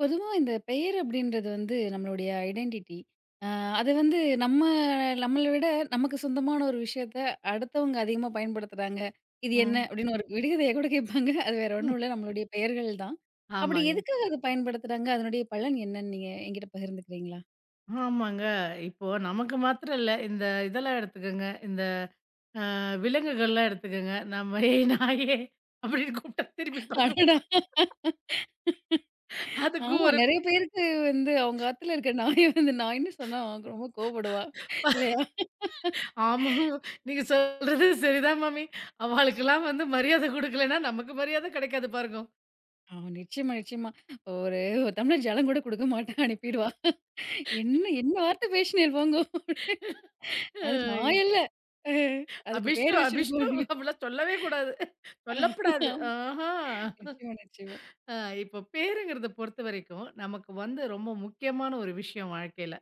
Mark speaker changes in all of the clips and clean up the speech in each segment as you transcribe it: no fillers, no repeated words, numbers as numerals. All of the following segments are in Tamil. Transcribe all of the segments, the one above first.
Speaker 1: பொதுவா இந்த பெயர் அப்படின்றது வந்து நம்மளுடைய ஐடென்டிட்டி. அ அது வந்து நம்மள விட நமக்கு சொந்தமான ஒரு விஷயத்த அடுத்தவங்க அதிகமா பயன்படுத்துறாங்க. "இது என்ன?"
Speaker 2: ம்.
Speaker 1: அப்படின்னு ஒரு விடுகதைய கூட கேட்பாங்க. அது வேற
Speaker 2: ம்.
Speaker 1: ஒண்ணும் இல்ல. நம்மளுடைய பெயர்கள் தான். அப்படி
Speaker 2: ஆமாங்க.
Speaker 1: எதுக்காக அத பயன்படுத்துறாங்க? அதனுடைய பலன் என்னன்னு நீங்க என்கிட்ட பகிர்ந்துக்கிறீங்களா?
Speaker 2: ஆமாங்க. இப்போ நமக்கு மாத்திரம் இல்ல. இந்த இதெல்லாம் எடுத்துக்கங்க. இந்த அ விலங்குகள்லாம் எடுத்துக்கங்க. நம்ம "ஏய் நாயே" அப்படின்னு கூப்பிட்டா திருப்பி பாக்கும்.
Speaker 1: அடடா!
Speaker 2: அதுக்கும்
Speaker 1: ஆமா.
Speaker 2: ஒரு.
Speaker 1: நெறைய பேருக்கு வந்து அவங்க ஆத்துல இருக்க நாய் வந்து நாய்ன்னு சொன்னா அவ ரொம்ப கோவப்படுவா. இல்லையா?
Speaker 2: ஆமா. நீங்க சொல்றது சரிதான் மாமி. அவாளுக்கெல்லாம் வந்து மரியாதை குடுக்கலன்னா நமக்கு மரியாதை கிடைக்காது பாருங்க.
Speaker 1: ஆமா. நிச்சயமா, நிச்சயமா. ஒரு ஒரு டம்ளர் ஜலம் கூட குடுக்க மாட்டா. அனுப்பிடுவா. என்ன என்ன வார்த்தை பேசினேன் போங்கோ. அது
Speaker 2: "அய்
Speaker 1: நான் இல்ல. அ அதுக்கு
Speaker 2: அபிஷ்டு,
Speaker 1: பேர் வச்சிருக்கோம்
Speaker 2: அபிஷ்டு"
Speaker 1: அப்படின்னு.
Speaker 2: அப்படிலாம் சொல்லவே கூடாது. சொல்லப்படாது. ஆஹா.
Speaker 1: நிச்சயமா, நிச்சயமா,
Speaker 2: அ இப்போ பேருங்கிறத பொறுத்தவரைக்கும், நமக்கு வந்து ரொம்ப முக்கியமான ஒரு விஷயம் வாழ்க்கையில.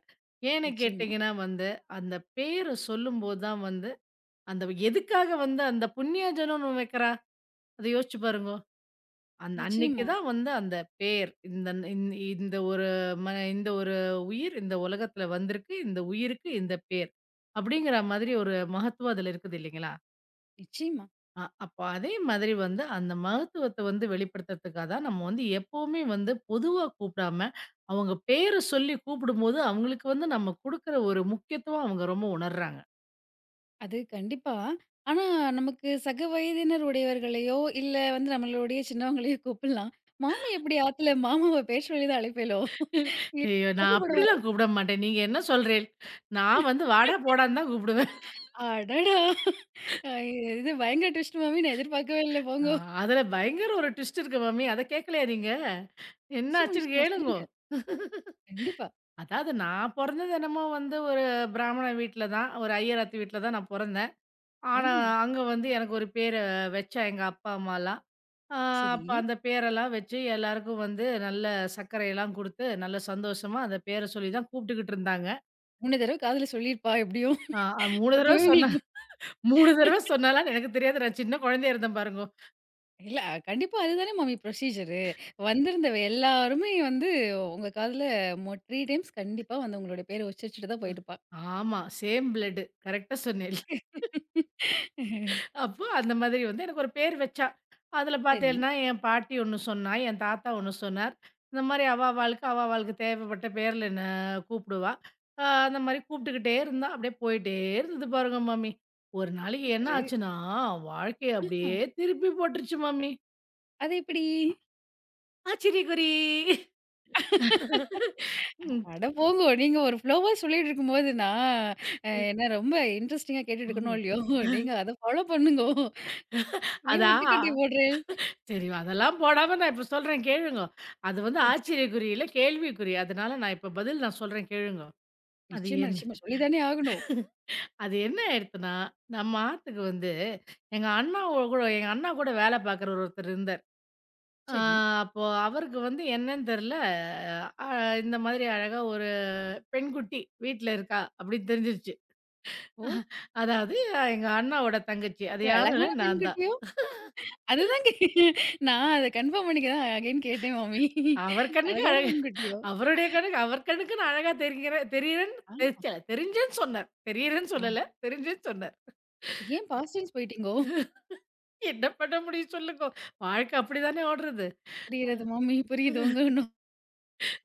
Speaker 2: ஏன்னு
Speaker 1: நிச்சயமா,
Speaker 2: கேட்டீங்கன்னா வந்து, அந்த பேர சொல்லும்போது தான் வந்து, அந்த எதுக்காக வந்து அந்த புண்ணியஜனம்னு வைக்கிறா? அத யோசிச்சு பாருங்கோ. அந்த அன்னைக்கு
Speaker 1: நிச்சயமா,
Speaker 2: தான் வந்து அந்த பேர். இந்த ஒரு ம இந்த ஒரு உயிர் இந்த உலகத்துல வந்திருக்கு. இந்த உயிருக்கு இந்த பேர். அப்படிங்கிற மாதிரி ஒரு மகத்துவம் அதுல இருக்குது இல்லைங்களா?
Speaker 1: நிச்சயமா.
Speaker 2: அப்ப அதே மாதிரி வந்து அந்த மகத்துவத்த வந்து வெளிப்படுத்துறதுக்காக தான் நம்ம வந்து எப்பவுமே வந்து பொதுவா கூப்பிடாம, அவங்க பேர சொல்லி கூப்பிடும்போது, அவங்களுக்கு வந்து நம்ம குடுக்குற ஒரு முக்கியத்துவம் அவங்க ரொம்ப உணர்றாங்க.
Speaker 1: அது கண்டிப்பா. ஆனா நமக்கு சக வயதினர் உடையவர்களையோ, இல்ல வந்து நம்மளுடைய சின்னவங்களையோ கூப்பிடலாம். மாமி எப்படி ஆத்துல மாமாவ பேர் சொல்லி தான் அழைப்பேளோ?
Speaker 2: ஐயோ! நான்
Speaker 1: கோபப்படுவாரு.
Speaker 2: அப்படிலாம் கூப்பிட மாட்டேன். நீங்க என்ன சொல்றேன்? நான் வந்து வாடா, போடான்னு தான் கூப்பிடுவேன்.
Speaker 1: அடடா! அ இது பயங்கர ட்விஸ்ட் மாமி, நான் எதிர்பார்க்கவே இல்ல
Speaker 2: ஆ
Speaker 1: போங்கோ.
Speaker 2: அதுல பயங்கர ஒரு ட்விஸ்ட் இருக்கு மாமி. அத கேட்கலையா நீங்க?
Speaker 1: நிச்சயமா,
Speaker 2: என்னாச்சுன்னு
Speaker 1: நிச்சயமா.
Speaker 2: கேளுங்கோ.
Speaker 1: சொல்லுங்க. கண்டிப்பா.
Speaker 2: அதாவது நான் பொறந்தது என்னமோ வந்து ஒரு பிராமண வீட்ல தான். ஒரு ஐயர் ஆத்து வீட்ல தான் நான் பொறந்தேன். ஆனா,
Speaker 1: அருமை.
Speaker 2: அங்க வந்து எனக்கு ஒரு பேர வச்சா எங்க அப்பா, அம்மாலாம். அ
Speaker 1: சரி.
Speaker 2: அப்ப அந்த பேரெல்லாம் வச்சு எல்லாருக்கும் வந்து நல்ல சர்க்கரையெல்லாம் குடுத்து, நல்ல சந்தோஷமா அந்த பேர சொல்லி தான் கூப்பிட்டுக்கிட்டு இருந்தாங்க.
Speaker 1: 3 தடவ காதுல சொல்லியிருப்பா எப்படியும்.
Speaker 2: அ 3 தடவ
Speaker 1: அப்பவே
Speaker 2: சொன்னா
Speaker 1: உங்களுக்கு
Speaker 2: 3 தடவ சொன்னாலான்னு எனக்கு தெரியாது. நான் சின்ன குழந்தையா இருந்தேன் பாருங்கோ.
Speaker 1: இல்ல கண்டிப்பா அதுதானே மாமி ப்ரொசீஜரு. வந்திருந்த எல்லாருமே வந்து உங்க காதுல 3 டைம்ஸ் கண்டிப்பா வந்து உங்களுடைய பேர உச்சரிச்சுட்டு தான் போயிருப்பா.
Speaker 2: ஆமா, சேம் பிளட். கரெக்ட்டா சொன்னேன். அப்போ அந்த மாதிரி வந்து எனக்கு ஒரு பேர் வச்சா. அதில
Speaker 1: சரி,
Speaker 2: பார்த்தேன்னா, என் பாட்டி ஒண்ணு சொன்னா, என் தாத்தா ஒண்ணு சொன்னார். இந்த மாரி அவா அவாளுக்கு, அவா அவாளுக்கு தேவைப்பட்ட பேர்ல என்ன கூப்பிடுவா. அந்த மாரி கூப்பிட்டுக்கிட்டே இருந்தா, அப்படியே போயிட்டே இருந்தது பாருங்க மாமி. ஒரு நாளைக்கு என்ன
Speaker 1: சூப்பரு.
Speaker 2: ஆச்சுன்னா, வாழ்க்கைய அப்படியே திருப்பி போட்டுருச்சு மாமி.
Speaker 1: அது எப்படி?
Speaker 2: ஆச்சரியக்குறி! ம்.
Speaker 1: அட போங்கோ. நீங்க ஒரு ஃப்ளோவா சொல்லிட்டு இருக்கும்போது நான் என்ன ரொம்ப இன்ட்ரஸ்டிங்கா கேட்டுட்டு இருக்கனோ
Speaker 2: ம்.
Speaker 1: இல்லையோ, நீங்க அத ஃபாலோ பண்ணுங்கோ. ஏன் முட்டுக்கட்டை
Speaker 2: அதான்.
Speaker 1: போடுறேன்?
Speaker 2: சரி அதெல்லாம் போடாம நான் இப்போ சொல்றேன் கேளுங்க. அது வந்து
Speaker 1: சரி, சரி.
Speaker 2: ஆச்சரியக்குறியில கேள்விக்குறி. அதனால நான் இப்போ பதில் நான் சொல்றேன் கேளுங்க. அது
Speaker 1: நிச்சயமா,
Speaker 2: என்
Speaker 1: நிச்சயமா. சொல்லி தானே ஆகணும்.
Speaker 2: அது என்ன ஆயிடுத்துன்னா, நம்ம ஆத்துக்கு வந்து எங்க அண்ணா கூட வேலை பார்க்குற ஒருத்தர் இருந்தார். ஆ
Speaker 1: சரி.
Speaker 2: அப்போ அவருக்கு வந்து என்னன்னு தெரியல, அ இந்த மாதிரி அழகா ஒரு பெண்குட்டி வீட்ல இருக்கா அப்படின்னு தெரிஞ்சிருச்சு.
Speaker 1: ஓ!
Speaker 2: அதாவது எங்க அண்ணாவோட தங்கச்சி. அது
Speaker 1: ஒரு
Speaker 2: யாரும் இல்ல,
Speaker 1: அழகான
Speaker 2: நான் தான்.
Speaker 1: பெண்கிட்டயோ? அதுதாங்க, நான் அத கன்ஃபார்ம் பண்ணிக்க தான் அகைன் கேட்டேன் மாமி.
Speaker 2: அவர் கண்ணுக்கு
Speaker 1: அழகான
Speaker 2: அழகா
Speaker 1: பெண்குட்டியோ?
Speaker 2: அவருடைய கண்ணுக்கு அவர் கண்ணுக்கு நான் அழகா தெரிகிறேன் தெரியிறேன்னு
Speaker 1: ஆ,
Speaker 2: தெரிச்ச தெரிஞ்சேன்னு சொன்னார். தெரியிறேன்னு
Speaker 1: ஆ,
Speaker 2: சொல்லல, தெரிஞ்சேன்னு சொன்னார்.
Speaker 1: ஏன் பாஸ்ட் டென்ஸ் போயிட்டீங்கோ?
Speaker 2: என்ன பண்ண முடியும் சொல்லுங்க. வாழ்க்கை அப்படிதானே ஓடுறது.
Speaker 1: புரிகிறது மாமி, புரியுது.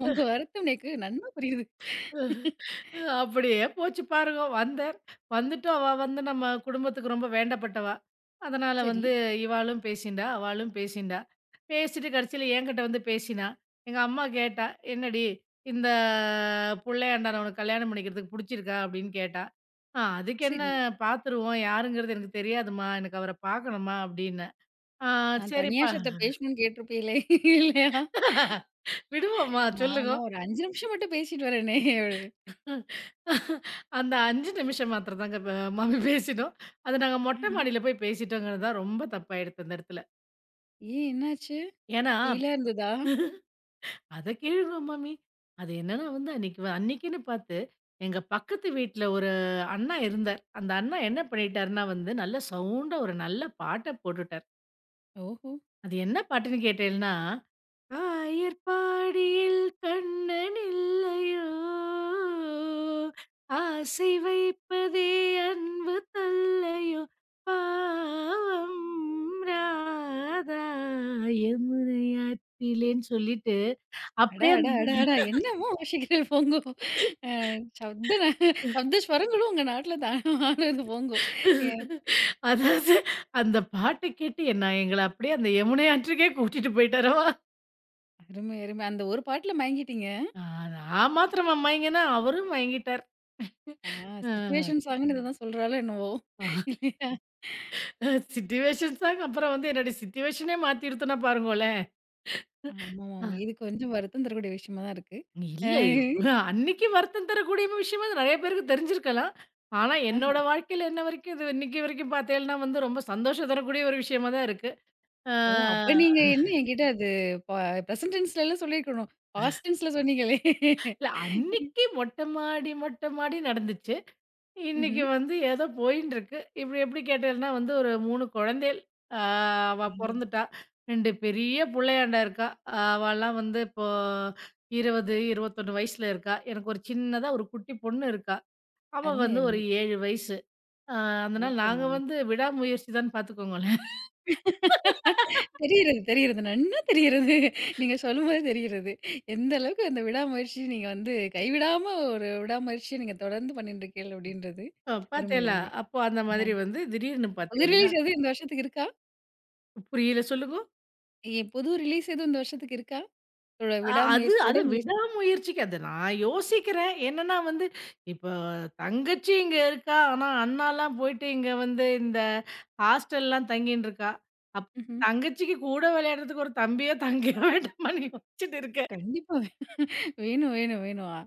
Speaker 1: உங்க வருத்தம் எனக்கு நன்னா புரியுது.
Speaker 2: அப்படியே போச்சு பாருங்க. வந்தேன். வந்துட்டும் அவ வந்து நம்ம குடும்பத்துக்கு ரொம்ப வேண்டப்பட்டவா. அதனால
Speaker 1: சரி,
Speaker 2: வந்து இவாளும் பேசிண்டா, அவாளும் பேசிண்டா. பேசிட்டு கடைசியில என்கிட்ட வந்து பேசினா. எங்க அம்மா கேட்டா, "என்னடி இந்த புள்ளையாண்டான உனக்கு கல்யாணம் பண்ணிக்கிறதுக்கு புடிச்சிருக்கா?" அப்படின்னு கேட்டா. "ஆ, அதுக்கு என்ன
Speaker 1: சரி.
Speaker 2: பாத்துருவோம். யாருங்கிறது எனக்கு தெரியாதும்மா. எனக்கு அவர பாக்கணும்மா" அப்படின்னேன். "ஆ,
Speaker 1: நான் தனியா
Speaker 2: சரிப்பா
Speaker 1: சத்த பேசணும்னு கேட்டிருப்பீங்களே! இல்லையா?
Speaker 2: விடுவோம்மா சொல்லுங்க."
Speaker 1: நானா ஒரு 5 நிமிஷம் மட்டும் பேசிட்டு வரேனே! அப்படின்னு.
Speaker 2: அந்த 5 நிமிஷம் மாத்திரம் தாங்க மாமி பேசினோம். அது நாங்க
Speaker 1: ஆஹ.
Speaker 2: மொட்டை மாடியில போய் பேசிட்டோங்கிறது தான் ரொம்ப தப்பாயிடுத்து அந்த இடத்துல.
Speaker 1: ஏன் என்னாச்சு?
Speaker 2: ஏன்னா,
Speaker 1: ஃபீலா இருந்ததா?
Speaker 2: "அத கேளுங்க மாமி." அது என்னன்னா வந்து அன்னைக்கு அன்னைக்குன்னு பார்த்து எங்க பக்கத்து வீட்ல ஒரு அண்ணா இருந்தார். அந்த அண்ணா என்ன பண்ணிட்டாருன்னா வந்து, நல்ல சவுண்டா ஒரு நல்ல பாட்ட போட்டுட்டார்.
Speaker 1: ஓஹோ!
Speaker 2: அது என்ன பாட்டுன்னு கேட்டேன்னா ஆயர்பாடியில் கண்ணன் இல்லையோ ஆசை வைப்பதே அன்பு தல்லையோ பாவம் ராதா யமுனையாற்றிலேன்னு சொல்லிட்டு
Speaker 1: அட,
Speaker 2: அப்படியே
Speaker 1: அட,
Speaker 2: அந்த.
Speaker 1: அட, அட! என்னமோ வாசிக்கிறீர்கள் போங்கோ. அ சப்த ந- சப்த ஸ்வரங்களும் உங்க நாட்ல தானமானது போங்கோ.
Speaker 2: அதாவது அந்த பாட்ட கேட்டு என்ன எங்கள அப்படியே அந்த யமுனை ஆற்றுக்கே கூட்டிட்டு போயிட்டாரவா!
Speaker 1: அருமை, அருமை. அந்த ஒரு பாட்டுல மயங்கிட்டீங்க.
Speaker 2: ஆ, நான் மாத்திரம் மயங்கினேன் அவரும் மயங்கிட்டார்.
Speaker 1: ஆ, சிச்சுவேஷன் சாங்குன்னு இத தான் சொல்றாளோ என்னவோ!
Speaker 2: ஆ.
Speaker 1: இல்லையா?
Speaker 2: சிச்சுவேஷன்ஸ் தாங்க. அப்புறம் வந்து என்னுடைய சிச்சுவேஷனே மாத்திடுத்துன்னா பாருங்களேன். அ
Speaker 1: ஆமாமாமா. இது கொஞ்சம் வருத்தம் தரக்கூடிய விஷயமா தான் இருக்கு. அ
Speaker 2: இல்ல அன்னைக்கு வருத்தம் தரக்கூடிய விஷயமா அது நெறைய பேருக்கு தெரிஞ்சிருக்கலாம். ஆனா
Speaker 1: ஆஹா.
Speaker 2: என்னோட வாழ்க்கையில இன்ன வரைக்கும் இது இன்னைக்கு வரைக்கும் பார்த்தேன்னா வந்து ரொம்ப சந்தோஷம் தரக்கூடிய ஒரு விஷயமா தான் இருக்கு. ஆ
Speaker 1: ஓ! அப்ப நீங்க என்ன என்கிட்ட அது ப பிரசன்ட் டென்ஸ்லலாம் சொல்லியிருக்கணும். பாஸ்ட் டென்ஸ்ல சொன்னீங்களே!
Speaker 2: இல்ல அன்னைக்கு மொட்ட மாடி மொட்ட மாடி நடந்துச்சு. இன்னைக்கு
Speaker 1: ம்ஹ்ம்.
Speaker 2: வந்து ஏதோ போயின்னு இருக்கு. இப்படி எப்படி கேட்டேன்னா வந்து ஒரு 3 குழந்தைகள். அ அவ
Speaker 1: ம்.
Speaker 2: பொறந்துட்டா. 2 பெரிய புள்ளையாண்டா இருக்கா. அவலாம் வந்து இப்போ 20, 21 வயசுல இருக்கா. எனக்கு ஒரு சின்னதா ஒரு குட்டி பொண்ணு இருக்கா. அவ
Speaker 1: அருமை,
Speaker 2: வந்து ஒரு
Speaker 1: அருமை.
Speaker 2: 7 வயசு. அ அதனால
Speaker 1: சூப்பர்
Speaker 2: நாங்க
Speaker 1: மாமி.
Speaker 2: வந்து விடாமுயற்சி தான் பார்த்துக்கோங்களேன்.
Speaker 1: தெரியிறது, தெரியிறது. நன்னா தெரியிறது. நீங்க சொல்லும்போது தெரியிறது. எந்த அளவுக்கு அந்த விடாமுயற்சி நீங்க வந்து கைவிடாம ஒரு விடாமுயற்சிய நீங்க தொடர்ந்து பண்ணிட்டு இருக்கீங்க அப்படின்றது. அருமை,
Speaker 2: பார்த்தேளா
Speaker 1: அருமை.
Speaker 2: அப்போ அந்த
Speaker 1: அ
Speaker 2: மாதிரி வந்து திடீர்னு
Speaker 1: புது
Speaker 2: பார்த்தீங்கன்னா
Speaker 1: ரிலீஸ் எதுவும் இந்த வருஷத்துக்கு இருக்கா?
Speaker 2: புரியல சொல்லுங்க.
Speaker 1: ஏன் புது ரிலீஸ் எதுவும் இந்த வருஷத்துக்கு இருக்கா?
Speaker 2: அது
Speaker 1: விடாமுயற்சி
Speaker 2: அது
Speaker 1: தொடர் முயற்சி.
Speaker 2: விடாமுயற்சிக்கு அது நான் யோசிக்கிறேன். என்னன்னா வந்து, இப்போ தங்கச்சி இங்க இருக்கா. ஆனா, அண்ணாலாம் போயிட்டு இங்க வந்து இந்த ஹாஸ்டல்லாம் தங்கின்னு இருக்கா. அப்ப
Speaker 1: ம்ஹ்ம்.
Speaker 2: தங்கச்சிக்கு கூட விளையாடுறதுக்கு ஒரு தம்பியோ, தங்கையோ வேண்டாமான்னு யோசிச்சுட்டு இருக்கேன்.
Speaker 1: கண்டிப்பா வேணும், வேணும், வேணும்.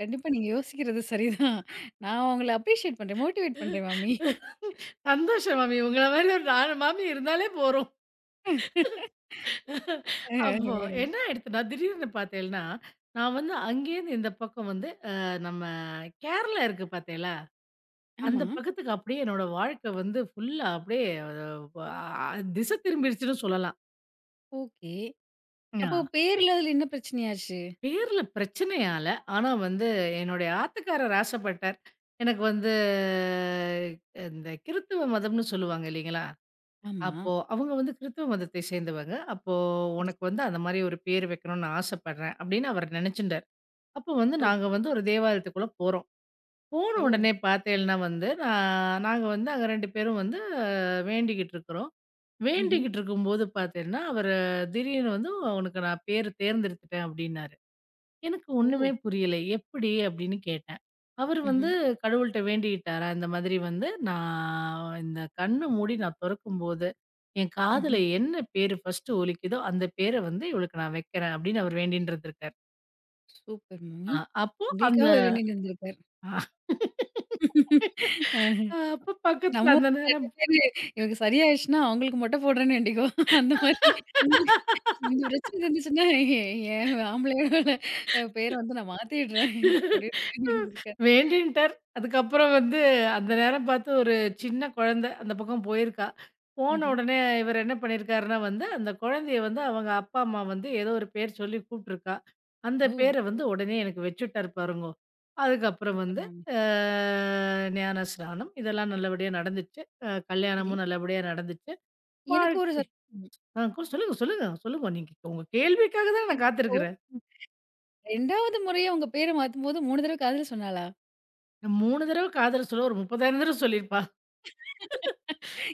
Speaker 1: கண்டிப்பா நீங்க யோசிக்கிறது சரிதான். நான் உங்கள அப்ரிஷியேட் பண்றேன். மோட்டிவேட் பண்றேன் மாமி.
Speaker 2: சந்தோஷம் மாமி. உங்கள மாரி ஒரு 4 மாமி இருந்தாலே போரும். அப்போ
Speaker 1: அருமை, அருமை.
Speaker 2: என்ன ஆயிடுத்துன்னா, திடீர்னு பார்த்தேன்னா, நான் வந்து அங்கேருந்து இந்த பக்கம் வந்து நம்ம கேரளா இருக்கு பார்த்தேளா? அந்த
Speaker 1: ஆமா.
Speaker 2: பக்கத்துக்கு அப்படியே என்னோட வாழ்க்கை வந்து ஃபுல்லா அப்படியே அ திசை திரும்பிடுச்சுன்னு சொல்லலாம்.
Speaker 1: ஓகே.
Speaker 2: ஞா.
Speaker 1: அப்போ பேர்ல அதுல என்ன பிரச்சனையாச்சு?
Speaker 2: பேர்ல பிரச்சனையால, ஆனா வந்து என்னுடைய ஆத்துக்காரர் ஆசைப்பட்டார். எனக்கு வந்து இந்த கிறித்துவ மதம்னு சொல்லுவாங்க இல்லைங்களா?
Speaker 1: ஆமா.
Speaker 2: அப்போ அவங்க வந்து கிறித்துவ மதத்தை சேர்ந்தவங்க. அப்போ
Speaker 1: சரி,
Speaker 2: "உனக்கு
Speaker 1: சரி.
Speaker 2: வந்து அந்த மாரி ஒரு பேர் வைக்கணும்னு ஆசைப்படுறேன்" அப்படின்னு அவர் நினைச்சுட்டார். அப்போ வந்து நாங்க
Speaker 1: ஓகே.
Speaker 2: வந்து ஒரு தேவாலயத்துக்குள்ள போறோம். போன
Speaker 1: ஓ!
Speaker 2: உடனே பார்த்தேன்னா வந்து, நாங்க வந்து அங்க 2 பேரும் வந்து வேண்டிக்கிட்டு இருக்கிறோம்.
Speaker 1: ம்ஹ்ம்.
Speaker 2: வேண்டிக்கிட்டு இருக்கும்போது பார்த்தேன்னா, அவரு திடீர்னு வந்து "உனக்கு நான் பேர் தேர்ந்தெடுத்துட்டேன்" அப்படின்னாரு. எனக்கு
Speaker 1: ஓ!
Speaker 2: ஒண்ணுமே புரியல. "எப்படி?" அப்படின்னு கேட்டேன். அவரு வந்து
Speaker 1: ம்ஹ்ம்,
Speaker 2: கடவுள்ட்ட வேண்டிக்கிட்டாரா, இந்த மாதிரி வந்து "நான் இந்த கண்ண மூடி நான் தொறக்கும்போது, என் காதுல
Speaker 1: ம்ஹ்ம்.
Speaker 2: என்ன பேரு ஃபர்ஸ்ட்டு ஒலிக்குதோ, அந்த பேர வந்து இவளுக்கு நான் வைக்கிறேன்" அப்படின்னு அவர் வேண்டின்டு இருந்திருக்காரு.
Speaker 1: சூப்பர்
Speaker 2: அ
Speaker 1: மாமி.
Speaker 2: அப்போ அந்த
Speaker 1: உங்களுக்காக ஒரு இணைந்திருந்திருக்கார். அ.
Speaker 2: அப்ப பக்கத்துல
Speaker 1: நம்ம
Speaker 2: அந்த
Speaker 1: ஊர்ல
Speaker 2: நேரம்
Speaker 1: நெறைய பேரு இவங்க சரியாயிருச்சுன்னா, அவங்களுக்கு மொட்டை போடுறேன்னு வேண்டிக்குவோம். அந்த மாதிரி இந்த பிரச்சனை இருந்துச்சுன்னா, என் என் ஆம்பளையோட பேர வந்து நான் மாத்திடுறேன் அப்படின்னு இருந்திருக்கேன்.
Speaker 2: வேண்டின்ட்டார். அதுக்கப்புறம் வந்து அந்த நேரம் பார்த்து ஒரு சின்ன குழந்தை அந்த பக்கம் போயிருக்கா. போன
Speaker 1: ம்ஹ்ம்.
Speaker 2: உடனே இவர் என்ன பண்ணியிருக்காருன்னா வந்து, அந்த குழந்தைய வந்து அவங்க அப்பா, அம்மா வந்து ஏதோ ஒரு பேர் சொல்லி கூப்ட்டுருக்கா. அந்த
Speaker 1: ஓ!
Speaker 2: பேர வந்து உடனே எனக்கு வச்சுட்டாரு பாருங்கோ. அதுக்கப்புறம்
Speaker 1: சூப்பர்
Speaker 2: வந்து
Speaker 1: மேம்.
Speaker 2: அ ஞானஸ்நானம் இதெல்லாம் நல்லபடியா நடந்துச்சு.
Speaker 1: சரி.
Speaker 2: கல்யாணமும் நல்லபடியா நடந்துச்சு.
Speaker 1: எனக்கு ஒரு
Speaker 2: வாழ்க்கை.
Speaker 1: சந்தேகம்.
Speaker 2: சொல்லுங்க, சொல்லுங்க, சொல்லுங்க. நீங்க உங்க கேள்விக்காக தான் நான்
Speaker 1: இப்போ
Speaker 2: காத்திருக்கிறேன்.
Speaker 1: 2வது முறையா உங்க பேர மாத்தும்போது 3 தடவ காதுல சொன்னாளா?
Speaker 2: 3 தடவ காதல் சொல்ல ஒரு 30,000 தடவ சொல்லியிருப்பா.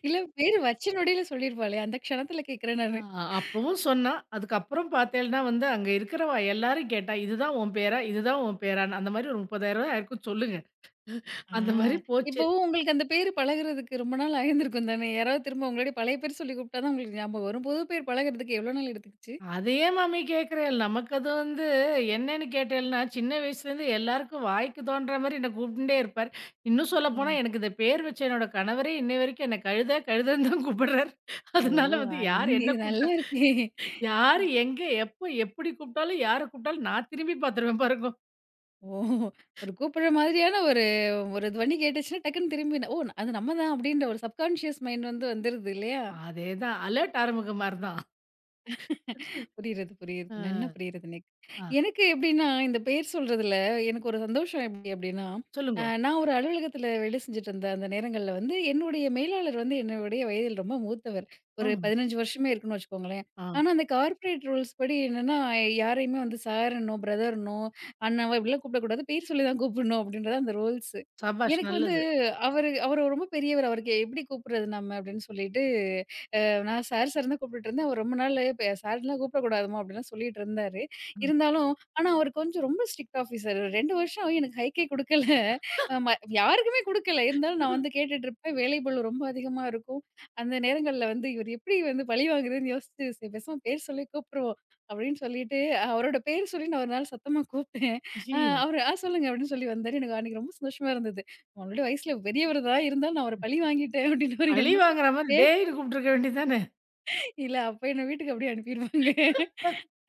Speaker 1: இல்ல, பேரு வச்ச நொடியில சொல்லிருப்பாளே, அந்த க்ஷணத்துல கேட்கிறேன் நானு.
Speaker 2: ஆ அப்பவும் சொன்னா. அதுக்கப்புறம் பார்த்தேன்னா வந்து, அங்க இருக்கிறவ எல்லாரும் கேட்டா, "இதுதான் உன் பேரா? இதுதான் உன் பேரான்னு?" அந்த மாரி ஒரு ரூ. 30,000 யாருக்கும் சொல்லுங்க.
Speaker 1: ஆ.
Speaker 2: அந்த மாரி போச்சு.
Speaker 1: இப்போ உங்களுக்கு அந்த பேரு பழகுறதுக்கு ரொம்ப நாள் ஆயிருந்திருக்கும் தானே! யாராவது திரும்ப உங்களுடைய பழைய பேர் சொல்லி கூப்பிட்டா தான் உங்களுக்கு ஞாபகம் வரும். புது பேர் பழகுறதுக்கு எவ்வளோ நாள் எடுத்துக்கிச்சு?
Speaker 2: "அத ஏன் மாமி கேட்குற? நமக்கு அது வந்து என்னன்னு கேட்டேல்ன்னா, சின்ன வயசுலேருந்து எல்லாருக்கும் வாய்க்கு தோன்ற மாரி என்ன கூப்பிட்டுண்டே இருப்பாரு. இன்னும்
Speaker 1: ஆ.
Speaker 2: சொல்லப்போனா எனக்கு இந்த பேர் வச்ச என்னோட கணவரே இன்னை வரைக்கும் என்ன கழுத, கழுதன்னு தான் கூப்பிடுறாரு.
Speaker 1: ஓ!
Speaker 2: அதனால வந்து
Speaker 1: அந்
Speaker 2: யார் என்ன
Speaker 1: இது நல்லா
Speaker 2: கூப்பிட்டா
Speaker 1: இருக்கே!
Speaker 2: யாரு எங்க, எப்போ, எப்படி கூப்பிட்டாலும், யார கூப்பிட்டாலும் நான் திரும்பி பார்த்துருவேன் பாருங்கோ."
Speaker 1: ஓ! ஒரு கூப்பிடுற மாதிரியான ஒரு ஒரு துவனி கேட்டுச்சுன்னா டக்குன்னு திரும்பி, "ஓ! அது நம்ம தான்" அப்படின்ற ஒரு சப்கான்ஷியஸ் மைண்ட் வந்து வந்துருது இல்லையா?
Speaker 2: அதேதான். அலர்ட் ஆறுமுகமார் தான்.
Speaker 1: புரியிறது, புரியிறது. நன்னா புரியிறது எனக்கு.
Speaker 2: அ.
Speaker 1: எனக்கு எப்படின்னா, இந்த பெயர் சொல்றதுல எனக்கு ஒரு சந்தோஷம் எப்படி அப்படின்னா,
Speaker 2: சொல்லுங்கோ.
Speaker 1: நான் ஒரு அலுவலகத்தில வேலை செஞ்சுட்டு இருந்த அந்த நேரங்கள்ல வந்து, என்னுடைய மேலாளர் வந்து என்னுடைய வயதில் ரொம்ப மூத்தவர்.
Speaker 2: ஆ,
Speaker 1: ஒரு 15 வருஷமே இருக்குன்னு வச்சுக்கோங்களேன்.
Speaker 2: ஆ.
Speaker 1: ஆனா, அந்த கார்ப்பரேட் ரூல்ஸ் படி என்னன்னா, யாரையுமே வந்து சாருன்னோ, பிரதர்ன்னோ, அண்ணாவோ இப்படிலாம் கூப்பிடக்கூடாது. பேர் சொல்லி தான் கூப்பிடணும் அப்படின்றது அந்த ரூல்ஸு.
Speaker 2: சபாஷ்
Speaker 1: எனக்கு வந்து
Speaker 2: நல்லது.
Speaker 1: அவரு அவரு ரொம்ப பெரியவர். அவருக்கு எப்படி கூப்பிடுறது நம்ம அப்படின்னு சொல்லிட்டு நான் சார் சார் தான் கூப்பிட்டுட்டு இருந்தேன். அவர் ரொம்ப நாள் இப்ப சார்லாம் கூப்பிடக்கூடாதும்மா அப்படிலாம் சொல்லிட்டு இருந்தாரு. இருந்தாலும் ஆனா அவர் கொஞ்சம் ரொம்ப ஸ்ட்ரிக்ட் ஆஃபீசர். 2 வருஷம் எனக்கு ஹைக்கே குடுக்கல. யாருக்குமே குடுக்கல. இருந்தாலும் நான் வந்து கேட்டுட்டு இருப்பேன். வேலை பளு ரொம்ப அதிகமா இருக்கும். அந்த நேரங்கள்ல வந்து இவர் எப்படி வந்து பழி வாங்குறதுன்னு யோசிச்சு, "சரி பேசாம பேர் சொல்லி கூப்பிடுவோம்" அப்படின்னு சொல்லிட்டு அவரோட பேர் சொல்லி நான் ஒரு நாள் சத்தமா கூப்பிட்டேன்.
Speaker 2: ஐயய்யோ!
Speaker 1: அவரு "ஆ சொல்லுங்க" அப்படின்னு சொல்லி வந்தாரு. எனக்கு அன்னைக்கு ரொம்ப சந்தோஷமா இருந்தது. ஆல்ரெடி வயசுல பெரியவர் தான் இருந்தாலும் நான் அவர பழி வாங்கிட்டேன் அப்படின்னு ஒரு
Speaker 2: பழி
Speaker 1: எண்ணம்.
Speaker 2: வாங்குற மாரி டேய்ன்னு கூப்ட்டுருக்க வேண்டியது தானே!
Speaker 1: இல்ல அப்ப என்ன வீட்டுக்கு அப்படியே அனுப்பிருவாங்க.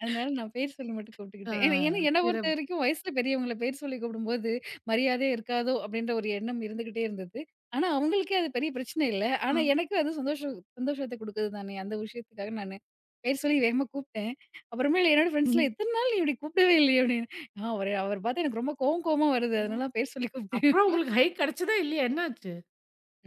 Speaker 1: அதனால நான் பேர் சொல்லி மட்டும்
Speaker 2: ஆ,
Speaker 1: கூப்பிட்டுக்கிட்டேன். ஏன்னா ஏன்னா என்ன
Speaker 2: சிறப்பு.
Speaker 1: பொறுத்தவரைக்கும் வயசுல பெரியவங்கள பேர் சொல்லி கூப்பிடும்போது, மரியாதையே இருக்காதோ அப்படின்ற ஒரு எண்ணம் இருந்துகிட்டே இருந்தது. ஆனா, அவங்களுக்கே அது பெரிய பிரச்சனை இல்ல.
Speaker 2: ஆ.
Speaker 1: ஆனா, எனக்கு அது சந்தோஷத்த குடுக்குது தானே! அந்த விஷயத்துக்காக நானு பேர் சொல்லி வேகமா கூப்பிட்டேன். அப்புறமேலு என்னோட ஃப்ரெண்ட்ஸ்லாம்,
Speaker 2: ம்.
Speaker 1: "எத்தன நாள் நீ இப்படி கூப்பிடவே இல்லையே?" அப்படின்னு. "ஆ அவரு அவர பார்த்தா எனக்கு ரொம்ப கோவமா வருது. அதனால பேர் சொல்லி கூப்பிட்டேன்."
Speaker 2: அப்புறம் உங்களுக்கு ஹைக் கிடைச்சதா இல்லையா? என்னாச்சு?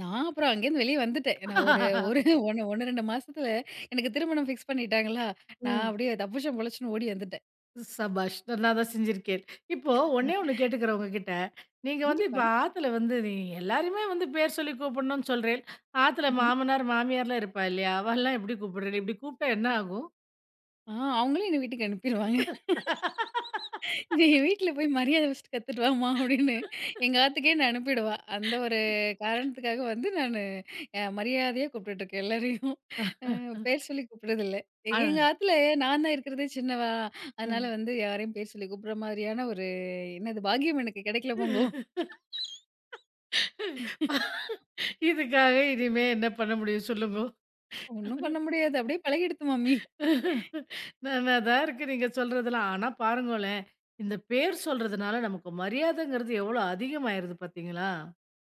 Speaker 1: நான் அப்புறம் அங்கேருந்து வெளிய வந்துட்டேன். நான் ஒரு ஒரு 1 1, 2 மாசத்துல எனக்கு திருமணம் ஃபிக்ஸ் பண்ணிட்டாங்களா, நான்
Speaker 2: ம்.
Speaker 1: அப்படியே தப்புச்சம் பொழச்சுன்னு ஓடி வந்துட்டேன்.
Speaker 2: சபாஷ்! நல்லா தான் செஞ்சிருக்கேன். இப்போ ஒண்ணே ஒண்ணு கேட்டுக்கிறேன் உங்ககிட்ட. நீங்க வந்து
Speaker 1: கண்டிப்பா.
Speaker 2: இப்ப ஆத்துல வந்து நீங்க எல்லாரையுமே வந்து பேர் சொல்லி கூப்பிடணும்னு சொல்றேன். ஆத்துல
Speaker 1: ம்ஹ்ம்.
Speaker 2: மாமனார், மாமியார்லாம் இருப்பா இல்லையா? அவல்லாம் எப்படி கூப்பிடுறது? இப்படி கூப்பிட்டா என்ன ஆகும்?
Speaker 1: ஆ, அவங்களும் என்ன வீட்டுக்கு அனுப்பிருவாங்க. "நீ வீட்ல போய் மரியாதை வச்சுட்டு கத்துட்டு வாம்மா" அப்படின்னு எங்க ஆத்துக்கே என்ன அனுப்பிடுவா. அந்த ஒரு காரணத்துக்காக வந்து நானு மரியாதையா கூப்பிட்டுட்டுருக்கேன் எல்லாரையும். பேர் சொல்லி கூப்பிடுறதில்ல.
Speaker 2: அ,
Speaker 1: எங்க ஆத்துல நான் தான் இருக்கிறதே சின்னவா.
Speaker 2: அ.
Speaker 1: அதனால வந்து யாரையும் பேர் சொல்லி கூப்பிடுற மாதிரியான ஒரு என்னது பாக்கியம் எனக்கு கிடைக்கல போங்கோ.
Speaker 2: இதுக்காக இனிமே என்ன பண்ண முடியும் சொல்லுங்கோ?
Speaker 1: ஒண்ணும் பண்ண முடியாது. அப்படியே பழகிடுத்து மாமி.
Speaker 2: நானா தான் இருக்கு நீங்க சொல்றதெல்லாம். ஆனா பாருங்களேன், இந்த பேர் சொல்றதுனால நமக்கு மரியாதைங்கிறது எவ்வளோ அதிகமாயிருது பார்த்தீங்களா?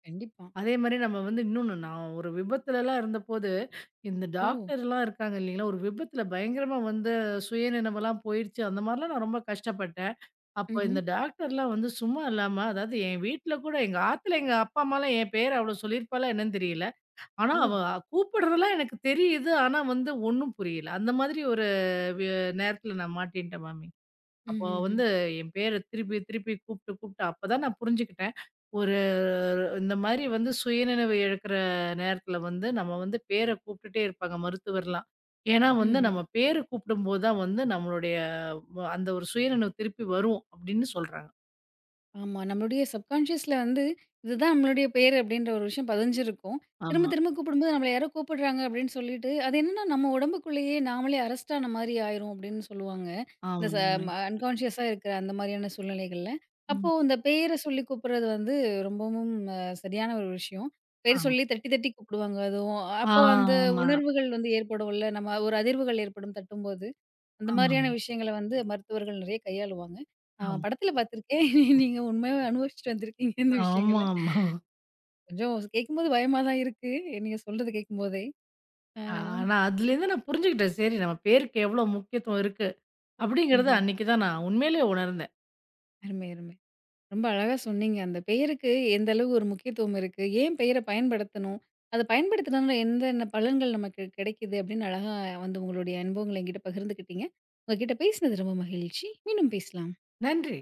Speaker 1: கண்டிப்பா.
Speaker 2: அதே மாரி நம்ம வந்து இன்னொன்னு நான் ஒரு விபத்துலலாம் இருந்தபோது, இந்த
Speaker 1: ஓ!
Speaker 2: டாக்டர்லாம் இருக்காங்க இல்லைங்களா? ஒரு விபத்துல பயங்கரமா வந்து சுயநினைவெல்லாம் போயிருச்சு. அந்த மாரிலாம் நான் ரொம்ப கஷ்டப்பட்டேன். அப்போ
Speaker 1: ம்ஹ்ம்.
Speaker 2: இந்த டாக்டர்லாம் வந்து சும்மா இல்லாம, அதாவது என் வீட்ல கூட எங்க ஆத்துல எங்க அப்பா, அம்மாலாம் என் பேர் அவ்வளோ சொல்லியிருப்பாளா என்னன்னு தெரியல. ஆனா, அவ
Speaker 1: ஓ!
Speaker 2: கூப்பிடுறதெல்லாம் எனக்கு தெரியுது. ஆனா வந்து ஒண்ணும் புரியல. அந்த மாதிரி ஒரு வி நேரத்துல நான் மாட்டின்ட்டேன் மாமி. அப்போ
Speaker 1: ம்ஹ்ஹ்ம்.
Speaker 2: வந்து என் பேர திருப்பி திருப்பி கூப்பிட்டு கூப்பிட்டு அப்பதான் நான் புரிஞ்சுக்கிட்டேன். ஒரு இந்த மாரி வந்து சுயநினைவு இழக்கிற நேரத்தில வந்து நம்ம வந்து பேர கூப்பிட்டுட்டே இருப்பாங்க மருத்துவர்லாம். ஏன்னா வந்து
Speaker 1: ம்ஹ்ம்.
Speaker 2: நம்ம பேரு கூப்பிடும்போது தான் வந்து நம்மளுடைய அந்த ஒரு சுயநினைவு திருப்பி வரும் அப்படின்னு சொல்றாங்க.
Speaker 1: ஆமா. நம்மளுடைய சப்கான்ஷியஸ்ல வந்து, இதுதான் நம்மளுடைய பேரு அப்படின்ற ஒரு விஷயம் பதிஞ்சிருக்கும். திரும்ப
Speaker 2: ஆமா.
Speaker 1: திரும்ப கூப்பிடும்போது நம்மள யாரோ கூப்பிடுறாங்க அப்படின்னு சொல்லிட்டு, அது என்னன்னா நம்ம உடம்புக்குள்ளேயே நாமளே அரெஸ்ட் ஆன மாரி ஆயிரும் அப்படின்னு சொல்லுவாங்க. இந்த ச
Speaker 2: ஆமாங்க.
Speaker 1: ம அன்கான்ஷியஸா இருக்கிற அந்த மாரியான சூழ்நிலைகள்ல. அப்போ
Speaker 2: ம்.
Speaker 1: இந்த பேர சொல்லி கூப்பிடுறது வந்து ரொம்பவும் சரியான ஒரு விஷயம். பேர்
Speaker 2: ஆமா.
Speaker 1: சொல்லி தட்டி தட்டி கூப்பிடுவாங்க அதுவும். அப்போ அந்த
Speaker 2: ஆமா.
Speaker 1: உணர்வுகள் வந்து ஏற்படும்ல, நம்ம ஒரு அதிர்வுகள் ஏற்படும் தட்டும்போது. அந்த
Speaker 2: ஆமாங்க.
Speaker 1: மாதிரியான விஷயங்கள வந்து மருத்துவர்கள் நிறைய கையாளுவாங்க. ஆ,
Speaker 2: ஆமா.
Speaker 1: படத்துல பார்த்துருக்கேன். நீங்க உண்மையாவே அனுபவிச்சுட்டு வந்திருக்கீங்க இந்த விஷயங்கள.
Speaker 2: ஆமா, ஆமா.
Speaker 1: கொஞ்சம் கேட்கும்போது பயமா தான் இருக்கு. நீங்க சொல்றத கேட்கும்போதே. ஆ.
Speaker 2: ஆனா அதுலேருந்து நான் புரிஞ்சுக்கிட்டேன். சரி நம்ம பேருக்கு எவ்வளோ முக்கியத்துவம் இருக்கு அப்படிங்கிறத
Speaker 1: ம்ஹ்ம்.
Speaker 2: அன்னைக்கு தான் நான் உண்மையிலேயே உணர்ந்தேன்.
Speaker 1: அருமை, அருமை. ரொம்ப அழகா சொன்னீங்க. அந்த பெயருக்கு எந்த அளவு ஒரு முக்கியத்துவம் இருக்கு? ஏன் பெயர பயன்படுத்தணும்? அத பயன்படுத்துனால எந்தெந்த பலன்கள் நமக்கு கிடைக்குது? அப்படின்னு அழகா வந்து உங்களுடைய அனுபவங்கள என்கிட்ட பகிர்ந்துக்கிட்டீங்க. உங்க கிட்ட பேசினது ரொம்ப மகிழ்ச்சி. மீண்டும் பேசலாம்.
Speaker 2: நன்றி.